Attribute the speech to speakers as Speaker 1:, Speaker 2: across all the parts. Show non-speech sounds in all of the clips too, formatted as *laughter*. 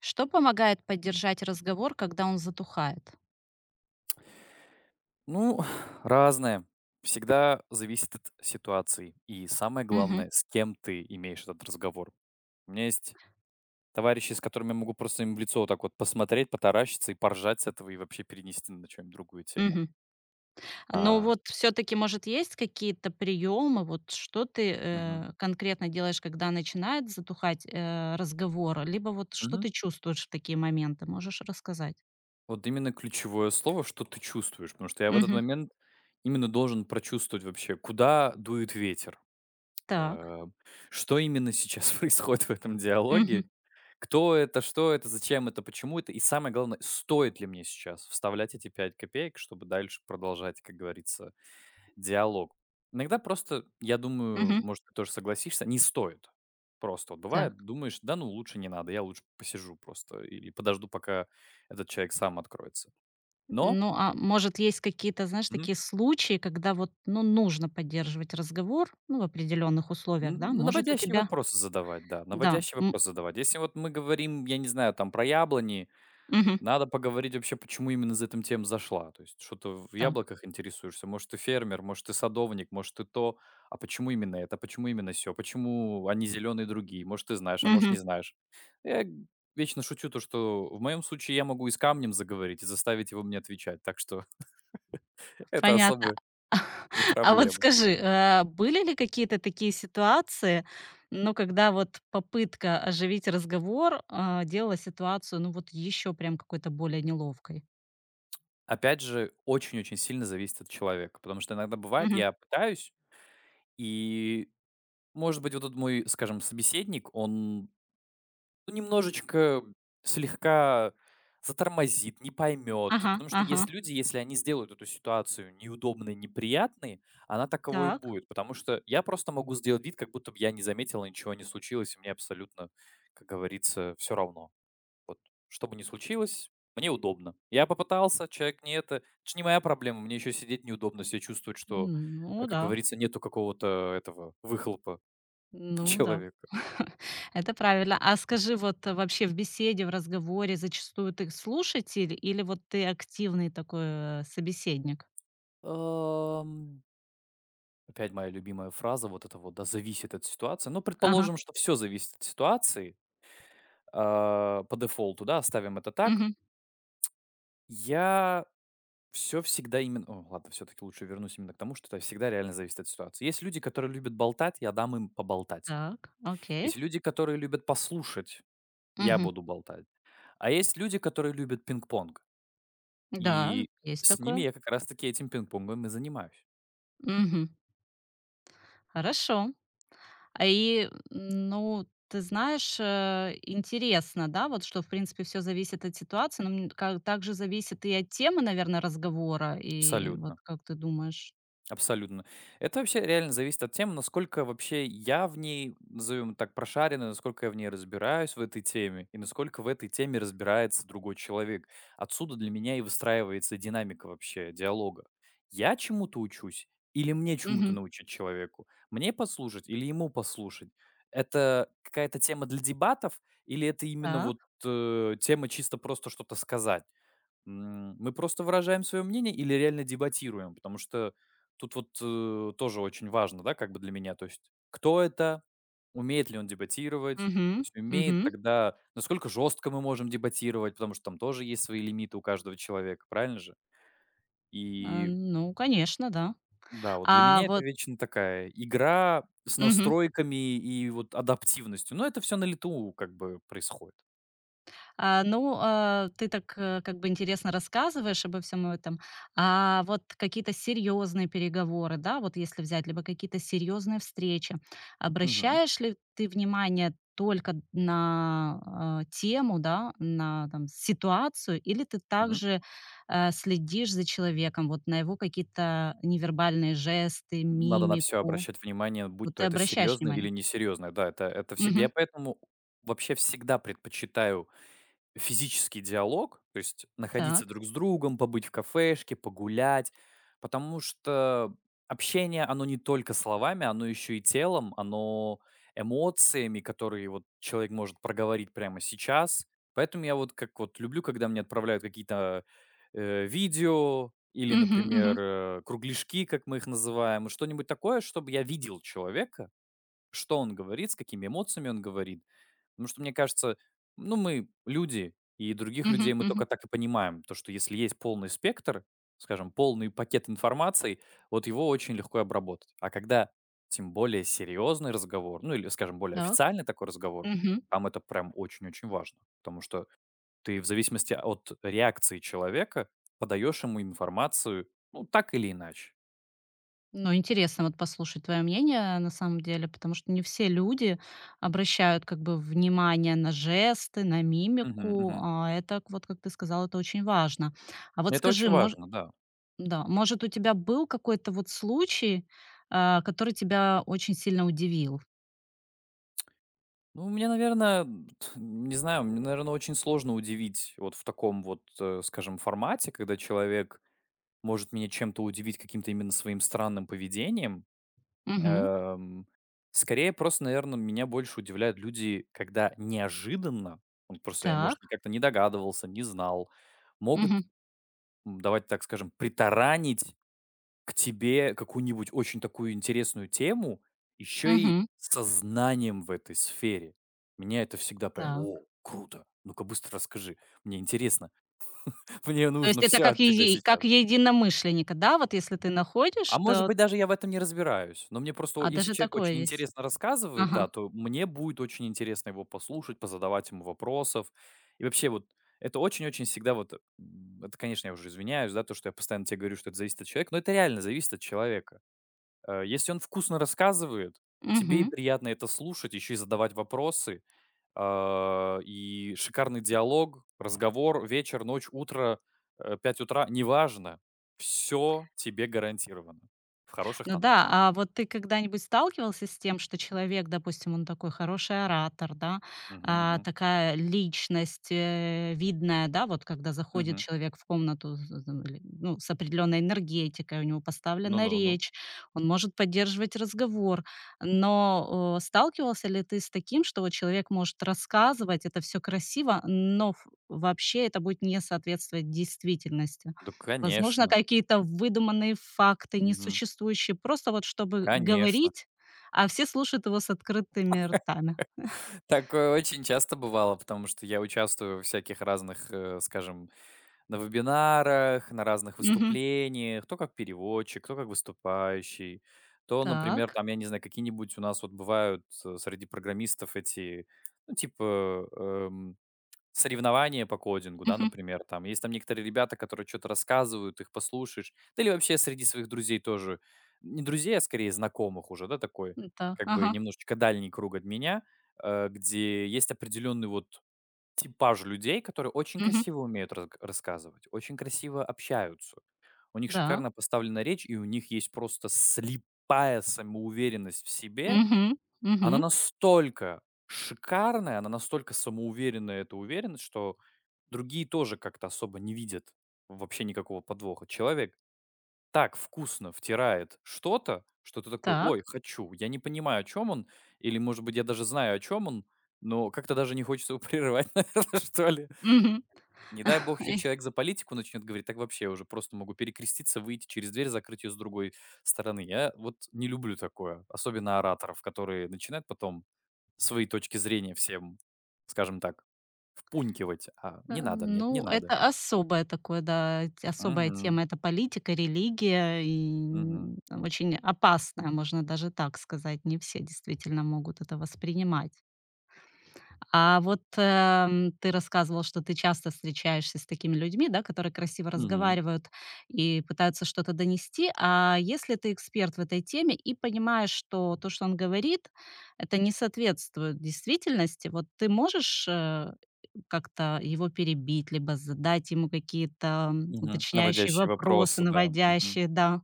Speaker 1: Что помогает поддержать разговор, когда он затухает?
Speaker 2: Ну, *sighs* разное. Всегда зависит от ситуации. И самое
Speaker 1: Мгм.
Speaker 2: главное, с кем ты имеешь этот разговор. У меня есть товарищи, с которыми я могу просто им в лицо вот так вот посмотреть, потаращиться и поржать с этого, и вообще перенести на чем-нибудь другую тему.
Speaker 1: Мгм. Но
Speaker 2: А,
Speaker 1: вот все-таки, может, есть какие-то приемы? Вот что ты
Speaker 2: мгм.
Speaker 1: конкретно делаешь, когда начинает затухать разговор? Либо вот что
Speaker 2: Мгм.
Speaker 1: ты чувствуешь в такие моменты? Можешь рассказать?
Speaker 2: Вот именно ключевое слово, что ты чувствуешь. Потому что я в этот
Speaker 1: Мгм.
Speaker 2: момент именно должен прочувствовать вообще, куда дует ветер.
Speaker 1: Так.
Speaker 2: Э, Что именно сейчас *laughs* происходит в этом
Speaker 1: Мгм.
Speaker 2: диалоге, кто это, что это, зачем это, почему это, и самое главное, стоит ли мне сейчас вставлять эти 5 копеек, чтобы дальше продолжать, как говорится, диалог. Иногда просто, я думаю,
Speaker 1: Мгм.
Speaker 2: может, ты тоже согласишься, не стоит. Просто вот
Speaker 1: Так.
Speaker 2: бывает, думаешь, да ну лучше не надо, я лучше посижу просто или подожду, пока этот человек сам откроется. Но
Speaker 1: Ну, а может, есть какие-то, знаешь,
Speaker 2: мгм,
Speaker 1: такие случаи, когда вот, ну, нужно поддерживать разговор, ну, в определенных условиях, да?
Speaker 2: ну,
Speaker 1: Может, у
Speaker 2: наводящие
Speaker 1: тебя...
Speaker 2: вопросы задавать, да,
Speaker 1: Да.
Speaker 2: наводящие
Speaker 1: М.
Speaker 2: вопросы задавать. Если вот мы говорим, я не знаю, там про яблони.
Speaker 1: Мгм.
Speaker 2: Надо поговорить вообще, почему именно за этим тем зашла. То есть, что ты в
Speaker 1: Так.
Speaker 2: яблоках интересуешься? Может, ты фермер, может, ты садовник, может, ты то. А почему именно это? Почему именно все? Почему они зеленые другие? Может, ты знаешь, а может,
Speaker 1: Мгм.
Speaker 2: не знаешь. Я вечно шучу то, что в моем случае я могу и с камнем заговорить, и заставить его мне отвечать. Так что *laughs* это
Speaker 1: Понятно.
Speaker 2: особо не
Speaker 1: А вот
Speaker 2: проблема.
Speaker 1: скажи, были ли какие-то такие ситуации, ну, когда вот попытка оживить разговор, делала ситуацию, ну, вот еще прям какой-то более неловкой?
Speaker 2: Опять же, очень-очень сильно зависит от человека. Потому что иногда бывает,
Speaker 1: Мгм.
Speaker 2: я пытаюсь, и, может быть, вот тут мой, скажем, собеседник, он, ну, немножечко, слегка затормозит, не поймет.
Speaker 1: Ага,
Speaker 2: Потому что
Speaker 1: ага.
Speaker 2: есть люди, если они сделают эту ситуацию неудобной, неприятной, она таковой и
Speaker 1: Так.
Speaker 2: будет. Потому что я просто могу сделать вид, как будто бы я не заметил, ничего не случилось, и мне абсолютно, как говорится, все равно. Вот что бы ни случилось, мне удобно. Я попытался, человек не это. Это ж не моя проблема, мне еще сидеть неудобно, себя чувствовать, что,
Speaker 1: Ну
Speaker 2: как
Speaker 1: да,
Speaker 2: говорится, нету какого-то этого выхлопа *laughs*
Speaker 1: ну да.
Speaker 2: человека.
Speaker 1: *laughs* Это правильно. А скажи, вот вообще в беседе, в разговоре зачастую ты слушатель или вот ты активный такой собеседник?
Speaker 2: Опять моя любимая фраза, вот это вот, да, зависит от ситуации. Ну,
Speaker 1: Ага.
Speaker 2: предположим, что все зависит от ситуации, а, по дефолту, да, оставим это так.
Speaker 1: Мгм.
Speaker 2: Я все всегда именно о, ладно, все таки лучше вернусь именно к тому, что это всегда реально зависит от ситуации. Есть люди, которые любят болтать, я дам им поболтать.
Speaker 1: Так, окей.
Speaker 2: Есть люди, которые любят послушать, я
Speaker 1: Мгм.
Speaker 2: буду болтать. А есть люди, которые любят пинг-понг,
Speaker 1: Да,
Speaker 2: и
Speaker 1: есть
Speaker 2: с ними
Speaker 1: такое.
Speaker 2: я как раз таки этим пинг-понгом и занимаюсь.
Speaker 1: Мгм. Хорошо. А и, ну, ты знаешь, интересно, да, вот что, в принципе, все зависит от ситуации, но м, ка также зависит и от темы, наверное, разговора. И вот
Speaker 2: Абсолютно.
Speaker 1: как ты думаешь?
Speaker 2: Абсолютно. Это вообще реально зависит от темы, насколько вообще я в ней, назовем так, прошаренный, насколько я в ней разбираюсь в этой теме, и насколько в этой теме разбирается другой человек. Отсюда для меня и выстраивается динамика вообще диалога. Я чему-то учусь, или мне чему-то
Speaker 1: Мгм.
Speaker 2: научить человеку? Мне послушать или ему послушать? Это какая-то тема для дебатов, или это именно
Speaker 1: Так.
Speaker 2: вот тема чисто просто что-то сказать? Мы просто выражаем свое мнение или реально дебатируем? Потому что тут вот, тоже очень важно, да, как бы для меня. То есть кто это, умеет ли он дебатировать?
Speaker 1: Мгм.
Speaker 2: Если умеет,
Speaker 1: Мгм.
Speaker 2: тогда насколько жестко мы можем дебатировать, потому что там тоже есть свои лимиты у каждого человека, правильно же?
Speaker 1: Э,
Speaker 2: И
Speaker 1: ну, конечно, да.
Speaker 2: да, вот для
Speaker 1: А
Speaker 2: меня это
Speaker 1: вот
Speaker 2: вечно такая игра с
Speaker 1: мгм.
Speaker 2: настройками и вот адаптивностью. Но это все на лету как бы происходит.
Speaker 1: А, ну, ты так, как бы интересно рассказываешь обо всем этом. А вот какие-то серьезные переговоры, да, вот если взять, либо какие-то серьезные встречи,
Speaker 2: Мгм.
Speaker 1: обращаешь ли ты внимание только на тему, да, на там, ситуацию, или ты
Speaker 2: Мгм.
Speaker 1: также следишь за человеком, вот на его какие-то невербальные жесты,
Speaker 2: Надо на все
Speaker 1: мимику?
Speaker 2: обращать внимание, будь
Speaker 1: Вот
Speaker 2: то
Speaker 1: ты
Speaker 2: это
Speaker 1: обращаешь
Speaker 2: серьезное или
Speaker 1: внимание?
Speaker 2: несерьезное. Да, это всегда
Speaker 1: Мгм.
Speaker 2: я поэтому вообще всегда предпочитаю физический диалог, то есть находиться
Speaker 1: Так.
Speaker 2: друг с другом, побыть в кафешке, погулять, потому что общение, оно не только словами, оно еще и телом, оно эмоциями, которые вот человек может проговорить прямо сейчас. Поэтому я вот как вот люблю, когда мне отправляют какие-то, видео или,
Speaker 1: Мгм,
Speaker 2: например,
Speaker 1: мгм,
Speaker 2: кругляшки, как мы их называем, и что-нибудь такое, чтобы я видел человека, что он говорит, с какими эмоциями он говорит. Потому что, мне кажется, ну, мы люди, и других
Speaker 1: мгм,
Speaker 2: людей мы
Speaker 1: мгм.
Speaker 2: только так и понимаем. То, что если есть полный спектр, скажем, полный пакет информации, вот его очень легко обработать. А когда тем более серьезный разговор, ну или, скажем, более
Speaker 1: Так.
Speaker 2: официальный такой разговор,
Speaker 1: Мгм.
Speaker 2: там это прям очень-очень важно. Потому что ты в зависимости от реакции человека подаешь ему информацию, ну, так или иначе.
Speaker 1: Ну, интересно вот послушать твое мнение на самом деле, потому что не все люди обращают как бы внимание на жесты, на
Speaker 2: Мгм,
Speaker 1: мимику.
Speaker 2: мгм.
Speaker 1: А это, вот как ты сказал, это очень важно. А вот
Speaker 2: Это
Speaker 1: скажи,
Speaker 2: очень важно, да.
Speaker 1: да, может, у тебя был какой-то вот случай, который тебя очень сильно удивил?
Speaker 2: Ну, у меня, наверное, не знаю, мне, наверное, очень сложно удивить вот в таком вот, скажем, формате, когда человек может меня чем-то удивить каким-то именно своим странным поведением.
Speaker 1: Мгм.
Speaker 2: Эм, скорее, просто, наверное, меня больше удивляют люди, когда неожиданно, он просто, я, может,
Speaker 1: Так.
Speaker 2: как-то не догадывался, не знал, могут
Speaker 1: Мгм.
Speaker 2: давать, так скажем, притаранить к тебе какую-нибудь очень такую интересную тему, еще и
Speaker 1: Мгм.
Speaker 2: со знанием в этой сфере. Меня это всегда прям:
Speaker 1: Так.
Speaker 2: «О, круто! Ну-ка быстро расскажи, мне интересно, *laughs* мне
Speaker 1: То есть
Speaker 2: нужно
Speaker 1: это
Speaker 2: все
Speaker 1: как,
Speaker 2: от тебя
Speaker 1: как
Speaker 2: сейчас».
Speaker 1: единомышленника, да? Вот если ты находишь,
Speaker 2: А может
Speaker 1: то...
Speaker 2: быть, даже я в этом не разбираюсь, но мне просто, о
Speaker 1: А
Speaker 2: если
Speaker 1: даже
Speaker 2: человек
Speaker 1: такое
Speaker 2: очень
Speaker 1: есть.
Speaker 2: интересно рассказывает, да,
Speaker 1: Ага.
Speaker 2: то мне будет очень интересно его послушать, позадавать ему вопросов. И вообще вот это очень-очень всегда вот, это, конечно, я уже извиняюсь, да, то, что я постоянно тебе говорю, что это зависит от человека, но это реально зависит от человека. Если он вкусно рассказывает, тебе и
Speaker 1: Мгм.
Speaker 2: приятно это слушать, еще и задавать вопросы. А, и шикарный диалог, разговор, вечер, ночь, утро, 5 утра, неважно. Все тебе гарантировано. В хороших
Speaker 1: Ну
Speaker 2: тонах.
Speaker 1: да, а вот ты когда-нибудь сталкивался с тем, что человек, допустим, он такой хороший оратор, да,
Speaker 2: Мгм, мгм,
Speaker 1: такая личность, видная, да, вот когда заходит
Speaker 2: мгм.
Speaker 1: человек в комнату или, ну, с определенной энергетикой, у него поставлена
Speaker 2: Ну-ну-ну.
Speaker 1: речь, он может поддерживать разговор. Но сталкивался ли ты с таким, что вот человек может рассказывать, это все красиво, но вообще это будет не соответствовать действительности?
Speaker 2: Да,
Speaker 1: Возможно,
Speaker 2: конечно.
Speaker 1: какие-то выдуманные факты,
Speaker 2: Мгм.
Speaker 1: несуществующие, просто вот чтобы
Speaker 2: Конечно.
Speaker 1: говорить, а все слушают его с открытыми ртами.
Speaker 2: Такое очень часто бывало, потому что я участвую в всяких разных, скажем, на вебинарах, на разных
Speaker 1: Мгм.
Speaker 2: выступлениях, то как переводчик, кто как выступающий, то, например,
Speaker 1: Так.
Speaker 2: там, я не знаю, какие-нибудь у нас вот бывают среди программистов эти, ну, типа, соревнования по кодингу, да,
Speaker 1: Мгм.
Speaker 2: например, там. Есть там некоторые ребята, которые что-то рассказывают, их послушаешь. Да или вообще среди своих друзей тоже. Не друзей, а скорее знакомых уже, да, такой,
Speaker 1: Так.
Speaker 2: как бы
Speaker 1: Ага.
Speaker 2: немножечко дальний круг от меня, где есть определенный вот типаж людей, которые очень
Speaker 1: Мгм.
Speaker 2: красиво умеют разг рассказывать, очень красиво общаются. У них
Speaker 1: Да.
Speaker 2: шикарно поставлена речь, и у них есть просто слепая самоуверенность в себе.
Speaker 1: Мгм. Мгм.
Speaker 2: Она настолько шикарная, она настолько самоуверенная, эта уверенность, что другие тоже как-то особо не видят вообще никакого подвоха. Человек так вкусно втирает что-то, что ты такой: «Ой,
Speaker 1: Так.
Speaker 2: хочу». Я не понимаю, о чем он, или, может быть, я даже знаю, о чем он, но как-то даже не хочется его *laughs* прерывать, наверно, что ли.
Speaker 1: Мгм.
Speaker 2: Не дай бог еще
Speaker 1: Эх,
Speaker 2: человек за политику начнет говорить, так вообще уже просто могу перекреститься, выйти через дверь, закрыть ее с другой стороны. Я вот не люблю такое, особенно ораторов, которые начинают потом свои точки зрения всем, скажем так, впунькивать. А не надо, нет, не
Speaker 1: ну,
Speaker 2: надо.
Speaker 1: это особое такое, да, т особая
Speaker 2: Мгм,
Speaker 1: тема. Это политика, религия и,
Speaker 2: мгм,
Speaker 1: очень опасная, можно даже так сказать. Не все действительно могут это воспринимать. А вот, ты рассказывал, что ты часто встречаешься с такими людьми, да, которые красиво
Speaker 2: мгм,
Speaker 1: разговаривают и пытаются что-то донести. А если ты эксперт в этой теме и понимаешь, что то, что он говорит, это не соответствует действительности, вот ты можешь, как-то его перебить, либо задать ему какие-то,
Speaker 2: мгм.
Speaker 1: уточняющие
Speaker 2: Наводящие
Speaker 1: вопросы,
Speaker 2: вопросы, да. Мгм.
Speaker 1: наводящие, да?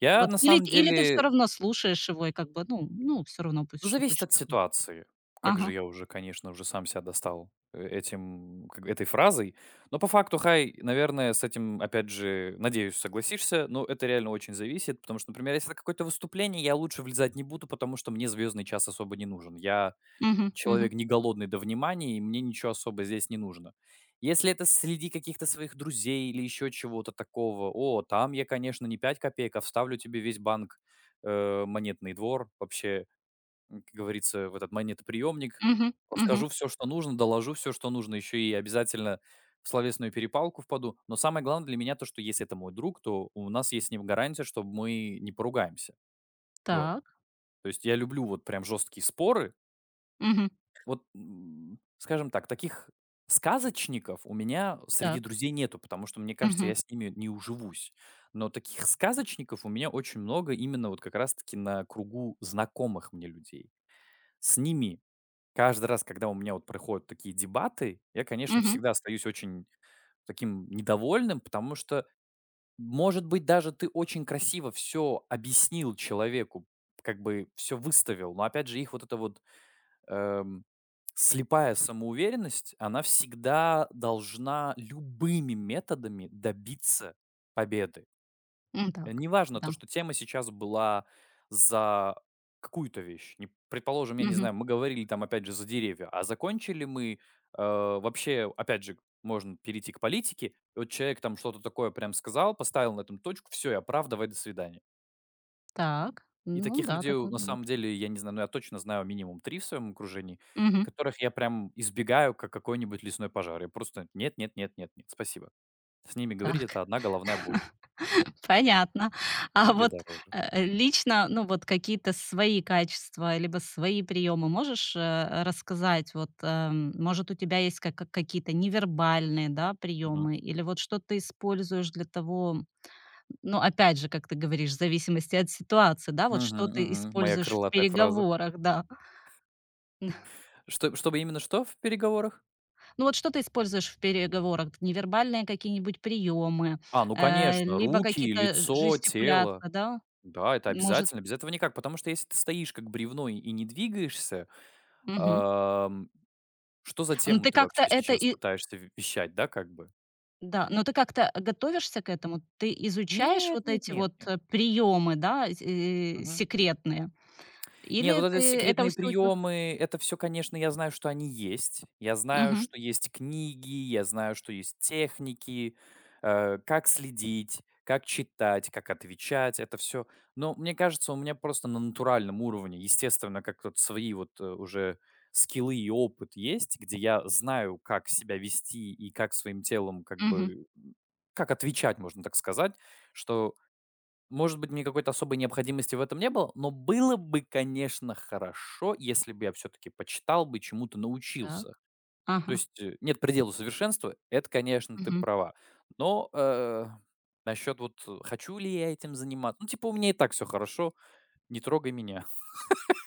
Speaker 2: Я
Speaker 1: Вот
Speaker 2: на
Speaker 1: или
Speaker 2: самом
Speaker 1: или ты все
Speaker 2: деле.
Speaker 1: равно слушаешь его и как бы, ну, все равно пусть
Speaker 2: Ну,
Speaker 1: что
Speaker 2: зависит
Speaker 1: хочет
Speaker 2: от
Speaker 1: как бы.
Speaker 2: ситуации. Как же
Speaker 1: Ага.
Speaker 2: я уже, конечно, уже сам себя достал этим, как этой фразой. Но по факту, Хай, наверное, с этим, опять же, надеюсь, согласишься, но это реально очень зависит, потому что, например, если это какое-то выступление, я лучше влезать не буду, потому что мне звездный час особо не нужен. Я
Speaker 1: Мгм, мгм,
Speaker 2: человек не голодный до внимания, и мне ничего особо здесь не нужно. Если это среди каких-то своих друзей или еще чего-то такого, о, там я, конечно, не 5 копеек, а вставлю тебе весь банк, монетный двор, вообще, как говорится, в этот монетоприемник.
Speaker 1: мгм, мгм.
Speaker 2: Расскажу все, что нужно, доложу все, что нужно, еще и обязательно в словесную перепалку впаду. Но самое главное для меня то, что если это мой друг, то у нас есть с ним гарантия, что мы не поругаемся. Вот.
Speaker 1: Так.
Speaker 2: То есть я люблю вот прям жесткие споры.
Speaker 1: Мгм.
Speaker 2: Вот, скажем так, таких сказочников у меня среди
Speaker 1: Так.
Speaker 2: друзей нету, потому что, мне кажется,
Speaker 1: Мгм.
Speaker 2: я с ними не уживусь. Но таких сказочников у меня очень много именно вот как раз таки на кругу знакомых мне людей. С ними. Каждый раз, когда у меня вот проходят такие дебаты, я, конечно,
Speaker 1: Мгм.
Speaker 2: всегда остаюсь очень таким недовольным, потому что, может быть, даже ты очень красиво все объяснил человеку, как бы все выставил, но опять же их вот эта вот, эм, слепая самоуверенность, она всегда должна любыми методами добиться победы.
Speaker 1: М.
Speaker 2: Э,
Speaker 1: Так.
Speaker 2: неважно
Speaker 1: Да.
Speaker 2: то, что тема сейчас была за какую-то вещь. Не предположим, я не
Speaker 1: Мгм.
Speaker 2: знаю, мы говорили там опять же за деревья, а закончили мы, вообще, опять же, можно перейти к политике. И вот человек там что-то такое прям сказал, поставил на этом точку, все, я прав, давай до свидания.
Speaker 1: Так.
Speaker 2: И
Speaker 1: Ну
Speaker 2: таких
Speaker 1: да,
Speaker 2: людей, у
Speaker 1: такое
Speaker 2: на
Speaker 1: бывает.
Speaker 2: самом деле, я не знаю, но я точно знаю минимум 3 в своем окружении,
Speaker 1: Мгм.
Speaker 2: которых я прям избегаю, как какой-нибудь лесной пожар. Я просто: «Нет, нет, нет, нет, нет, спасибо». С ними говорить —
Speaker 1: Так.
Speaker 2: это одна головная боль.
Speaker 1: *laughs* Понятно. А
Speaker 2: Себе
Speaker 1: вот,
Speaker 2: дороже.
Speaker 1: лично, ну, вот какие-то свои качества либо свои приемы можешь, рассказать? Вот, может, у тебя есть какие-то невербальные, да, приемы или вот что ты используешь для того ну, опять же, как ты говоришь, в зависимости от ситуации, да, вот
Speaker 2: Мгм,
Speaker 1: что ты
Speaker 2: мгм. Моя
Speaker 1: используешь в
Speaker 2: крылатая фраза.
Speaker 1: переговорах, да. *laughs*
Speaker 2: Что чтобы именно что в переговорах?
Speaker 1: Ну вот что ты используешь в переговорах? Невербальные какие-нибудь приемы,
Speaker 2: А, ну конечно,
Speaker 1: либо
Speaker 2: руки,
Speaker 1: какие-то ж
Speaker 2: лицо, тело.
Speaker 1: жестикуляции, да?
Speaker 2: Да, это
Speaker 1: Может
Speaker 2: обязательно. Без этого никак. Потому что если ты стоишь как бревно и не двигаешься,
Speaker 1: мгм.
Speaker 2: ам, что за
Speaker 1: Ну
Speaker 2: тему
Speaker 1: ты
Speaker 2: ты
Speaker 1: как-то
Speaker 2: вообще
Speaker 1: это
Speaker 2: сейчас
Speaker 1: и
Speaker 2: пытаешься вещать, да, как бы?
Speaker 1: да, но ты как-то готовишься к этому? Ты изучаешь
Speaker 2: Нет,
Speaker 1: вот
Speaker 2: нет,
Speaker 1: эти
Speaker 2: нет,
Speaker 1: вот,
Speaker 2: нет.
Speaker 1: приемы, да,
Speaker 2: Мгм.
Speaker 1: секретные?
Speaker 2: Нет,
Speaker 1: Или
Speaker 2: вот это
Speaker 1: ты это
Speaker 2: секретные
Speaker 1: всё у тебя.
Speaker 2: приемы, это все, конечно, я знаю, что они есть. Я знаю,
Speaker 1: Мгм,
Speaker 2: что есть книги, я знаю, что есть техники, как следить, как читать, как отвечать, это все. Но мне кажется, у меня просто на натуральном уровне, естественно, как вот свои вот, уже скиллы и опыт есть, где я знаю, как себя вести и как своим телом как
Speaker 1: мгм.
Speaker 2: бы, как отвечать, можно так сказать, что может быть, мне какой-то особой необходимости в этом не было, но было бы, конечно, хорошо, если бы я все-таки почитал бы, чему-то научился.
Speaker 1: Так.
Speaker 2: То
Speaker 1: Ага.
Speaker 2: есть, нет предела совершенства, это, конечно, ты права. Но насчет вот хочу ли я этим заниматься, ну типа у меня и так все хорошо, не трогай меня.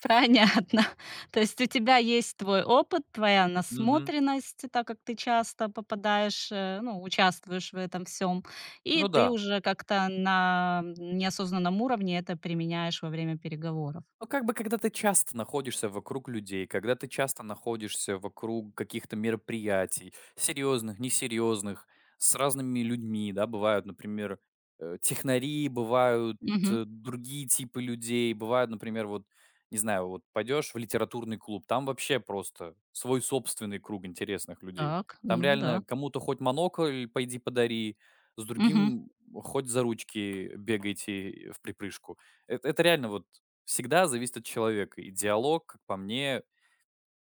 Speaker 1: Понятно. *laughs* То есть у тебя есть твой опыт, твоя
Speaker 2: *laughs* Мгм.
Speaker 1: насмотренность, так как ты часто попадаешь, ну, участвуешь в этом всем, и
Speaker 2: Ну
Speaker 1: ты
Speaker 2: да.
Speaker 1: уже как-то на неосознанном уровне это применяешь во время переговоров.
Speaker 2: Ну, как бы, когда ты часто находишься вокруг людей, когда ты часто находишься вокруг каких-то мероприятий, серьезных, несерьезных, с разными людьми, да, бывают, например, технари, бывают
Speaker 1: Мгм.
Speaker 2: другие типы людей, бывают, например, вот, не знаю, вот пойдешь в литературный клуб, там вообще просто свой собственный круг интересных людей.
Speaker 1: Так,
Speaker 2: Там
Speaker 1: ну да.
Speaker 2: реально кому-то хоть монокль пойди подари, с
Speaker 1: Мгм.
Speaker 2: другим хоть за ручки бегайте в припрыжку. Это реально вот всегда зависит от человека. И диалог, как по мне,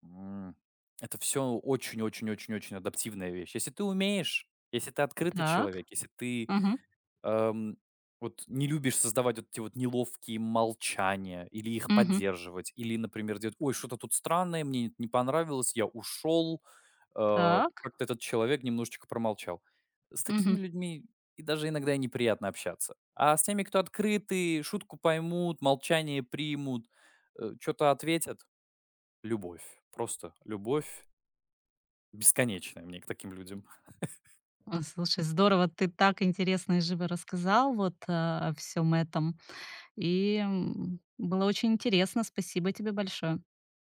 Speaker 2: м, это все очень-очень-очень-очень адаптивная вещь. Если ты умеешь, если ты открытый
Speaker 1: Так.
Speaker 2: человек, если ты,
Speaker 1: Мгм.
Speaker 2: эм, вот не любишь создавать вот эти вот неловкие молчания или их
Speaker 1: Мгм.
Speaker 2: поддерживать, или, например, делать: «Ой, что-то тут странное, мне не понравилось, я ушел»,
Speaker 1: Так.
Speaker 2: как-то этот человек немножечко промолчал. С такими
Speaker 1: Мгм.
Speaker 2: людьми и даже иногда и неприятно общаться. А с теми, кто открытый, шутку поймут, молчание примут, что-то ответят, любовь. Просто любовь бесконечная мне к таким людям.
Speaker 1: О, слушай, здорово, ты так интересно и живо рассказал вот, о всём этом. И, было очень интересно. Спасибо тебе большое.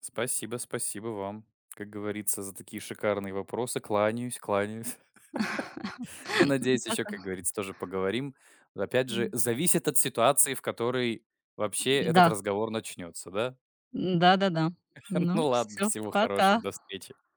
Speaker 2: Спасибо, спасибо вам, как говорится, за такие шикарные вопросы. Кланяюсь, кланяюсь. *laughs* Но
Speaker 1: *laughs*
Speaker 2: надеюсь, еще, как
Speaker 1: Пока.
Speaker 2: говорится, тоже поговорим. Опять же,
Speaker 1: М,
Speaker 2: зависит от ситуации, в которой вообще этот
Speaker 1: да,
Speaker 2: разговор начнется, да?
Speaker 1: да-да-да.
Speaker 2: *laughs*
Speaker 1: Ну,
Speaker 2: Ну ладно,
Speaker 1: все,
Speaker 2: всего хорошего,
Speaker 1: пока.
Speaker 2: до встречи.